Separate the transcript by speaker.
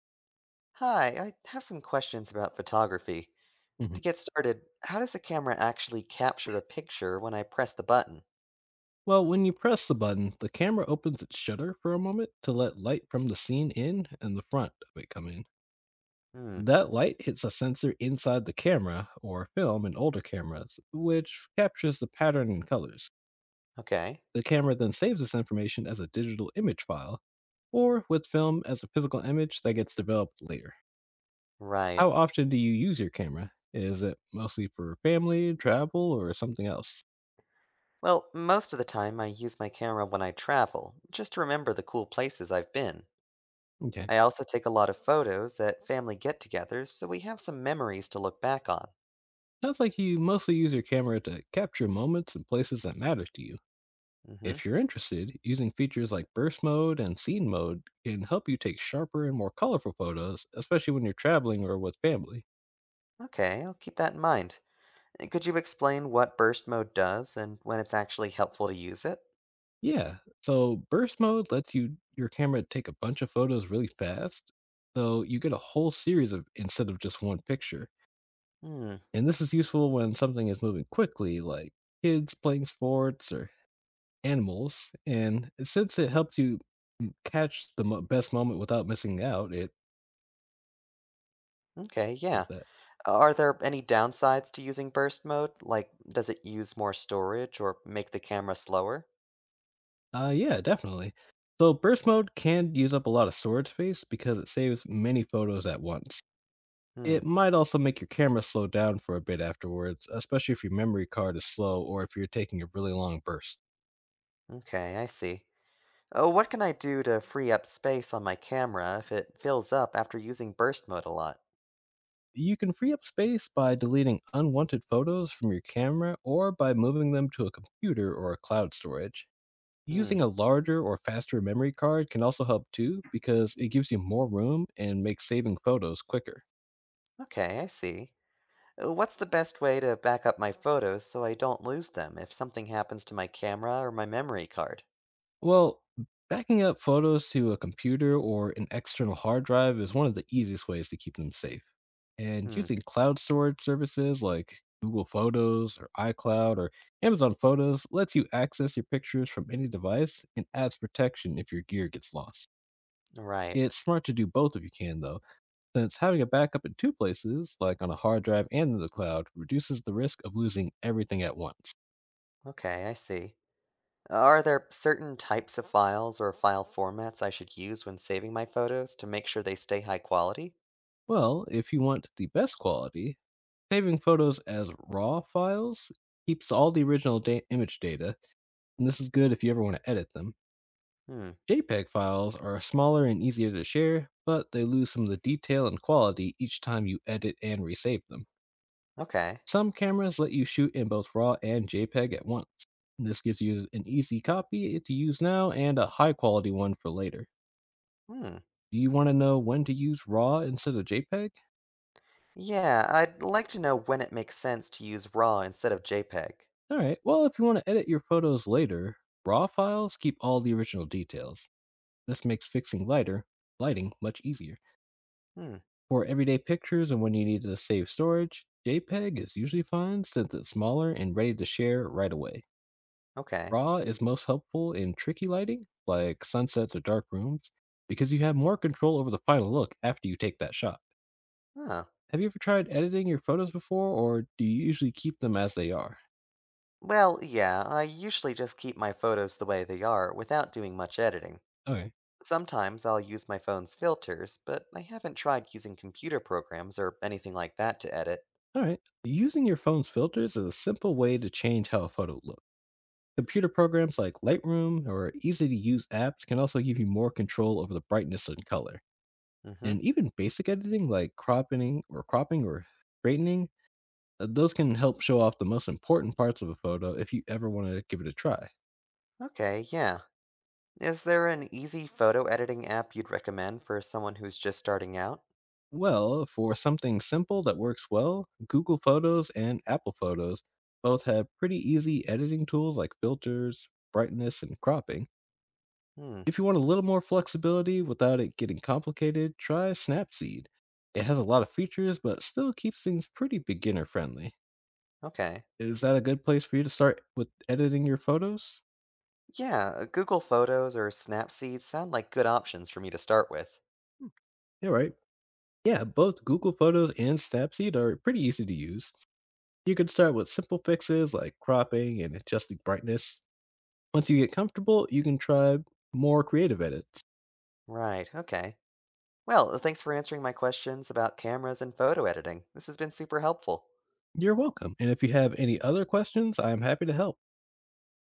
Speaker 1: Hi, I have some questions about photography.
Speaker 2: Mhm.
Speaker 1: To get started, how does the camera actually capture a picture when I press the button?
Speaker 2: Well, when you press the button, the camera opens its shutter for a moment to let light from the scene in and the front of it come in.
Speaker 1: Hmm,
Speaker 2: That light hits a sensor inside the camera or film in older cameras, which captures the pattern and colors.
Speaker 1: okay.
Speaker 2: The camera then saves this information as a digital image file or with film as a physical image that gets developed later.
Speaker 1: Right.
Speaker 2: How often do you use your camera? Is it mostly for family, travel, or something else?
Speaker 1: Well, most of the time I use my camera when I travel, just to remember the cool places I've been.
Speaker 2: Okay.
Speaker 1: I also take a lot of photos at family get togethers, so we have some memories to look back on.
Speaker 2: Sounds like you mostly use your camera to capture moments and places that matter to you.
Speaker 1: Hmm.
Speaker 2: If you're interested, using features like burst mode and scene mode can help you take sharper and more colorful photos, especially when you're traveling or with family.
Speaker 1: Okay, I'll keep that in mind. Could you explain what burst mode does and when it's actually helpful to use it?
Speaker 2: Yeah, so burst mode lets your camera take a bunch of photos really fast, so you get a whole series of instead of just one picture.
Speaker 1: Hmm,
Speaker 2: And this is useful when something is moving quickly, like kids playing sports or animals, and since it helps you m catch the mo best moment without missing out, it
Speaker 1: okay,
Speaker 2: love
Speaker 1: yeah.
Speaker 2: that.
Speaker 1: Are there any downsides to using burst mode? Like, does it use more storage or make the camera slower?
Speaker 2: Yeah, definitely. So burst mode can use up a lot of storage space because it saves many photos at once.
Speaker 1: Hmm,
Speaker 2: It might also make your camera slow down for a bit afterwards, especially if your memory card is slow or if you're taking a really long burst.
Speaker 1: okay, I see. Oh, what can I do to free up space on my camera if it fills up after using burst mode a lot?
Speaker 2: You can free up space by deleting unwanted photos from your camera or by moving them to a computer or a cloud storage.
Speaker 1: Hmm,
Speaker 2: Using a larger or faster memory card can also help too because it gives you more room and makes saving photos quicker.
Speaker 1: okay, I see. What's the best way to back up my photos so I don't lose them if something happens to my camera or my memory card?
Speaker 2: Well, backing up photos to a computer or an external hard drive is one of the easiest ways to keep them safe. And
Speaker 1: Hmm,
Speaker 2: using cloud storage services like Google Photos or iCloud or Amazon Photos lets you access your pictures from any device and adds protection if your gear gets lost.
Speaker 1: right.
Speaker 2: It's smart to do both if you can, though, since having a backup in two places, like on a hard drive and in the cloud, reduces the risk of losing everything at once.
Speaker 1: Okay, I see. Are there certain types of files or file formats I should use when saving my photos to make sure they stay high quality?
Speaker 2: Well, if you want the best quality, saving photos as RAW files keeps all the original image data, and this is good if you ever want to edit them.
Speaker 1: Hmm,
Speaker 2: JPEG files are smaller and easier to share, but they lose some of the detail and quality each time you edit and resave them.
Speaker 1: okay.
Speaker 2: Some cameras let you shoot in both RAW and JPEG at once. This gives you an easy copy to use now and a high quality one for later.
Speaker 1: Hmm.
Speaker 2: Do you want to know when to use RAW instead of JPEG?
Speaker 1: Yeah, I'd like to know when it makes sense to use RAW instead of JPEG.
Speaker 2: All right, well, if you want to edit your photos later, RAW files keep all the original details. This makes lighting much easier.
Speaker 1: Hmm,
Speaker 2: For everyday pictures and when you need to save storage, JPEG is usually fine since it's smaller and ready to share right away.
Speaker 1: okay.
Speaker 2: Raw is most helpful in tricky lighting, like sunsets or dark rooms, because you have more control over the final look after you take that shot.
Speaker 1: Huh.
Speaker 2: Have you ever tried editing your photos before, or do you usually keep them as they are?
Speaker 1: Well, yeah, I usually just keep my photos the way they are without doing much editing.
Speaker 2: Okay.
Speaker 1: Sometimes I'll use my phone's filters, but I haven't tried using computer programs or anything like that to edit.
Speaker 2: All right. Using your phone's filters is a simple way to change how a photo looks. Computer programs like Lightroom or easy to use apps can also give you more control over the brightness and color.
Speaker 1: Mm hmm.
Speaker 2: And even basic editing like cropping or straightening. Those can help show off the most important parts of a photo if you ever wanted to give it a try.
Speaker 1: Okay, yeah. Is there an easy photo editing app you'd recommend for someone who's just starting out?
Speaker 2: Well, for something simple that works well, Google Photos and Apple Photos both have pretty easy editing tools like filters, brightness, and cropping.
Speaker 1: Hmm,
Speaker 2: If you want a little more flexibility without it getting complicated, try Snapseed. It has a lot of features, but still keeps things pretty beginner friendly.
Speaker 1: okay.
Speaker 2: Is that a good place for you to start with editing your photos?
Speaker 1: Yeah, Google Photos or Snapseed sound like good options for me to start with.
Speaker 2: Yeah, right. Yeah, both Google Photos and Snapseed are pretty easy to use. You can start with simple fixes like cropping and adjusting brightness. Once you get comfortable, you can try more creative edits.
Speaker 1: Right, okay. Well, thanks for answering my questions about cameras and photo editing. This has been super helpful.
Speaker 2: You're welcome. And if you have any other questions, I'm happy to help.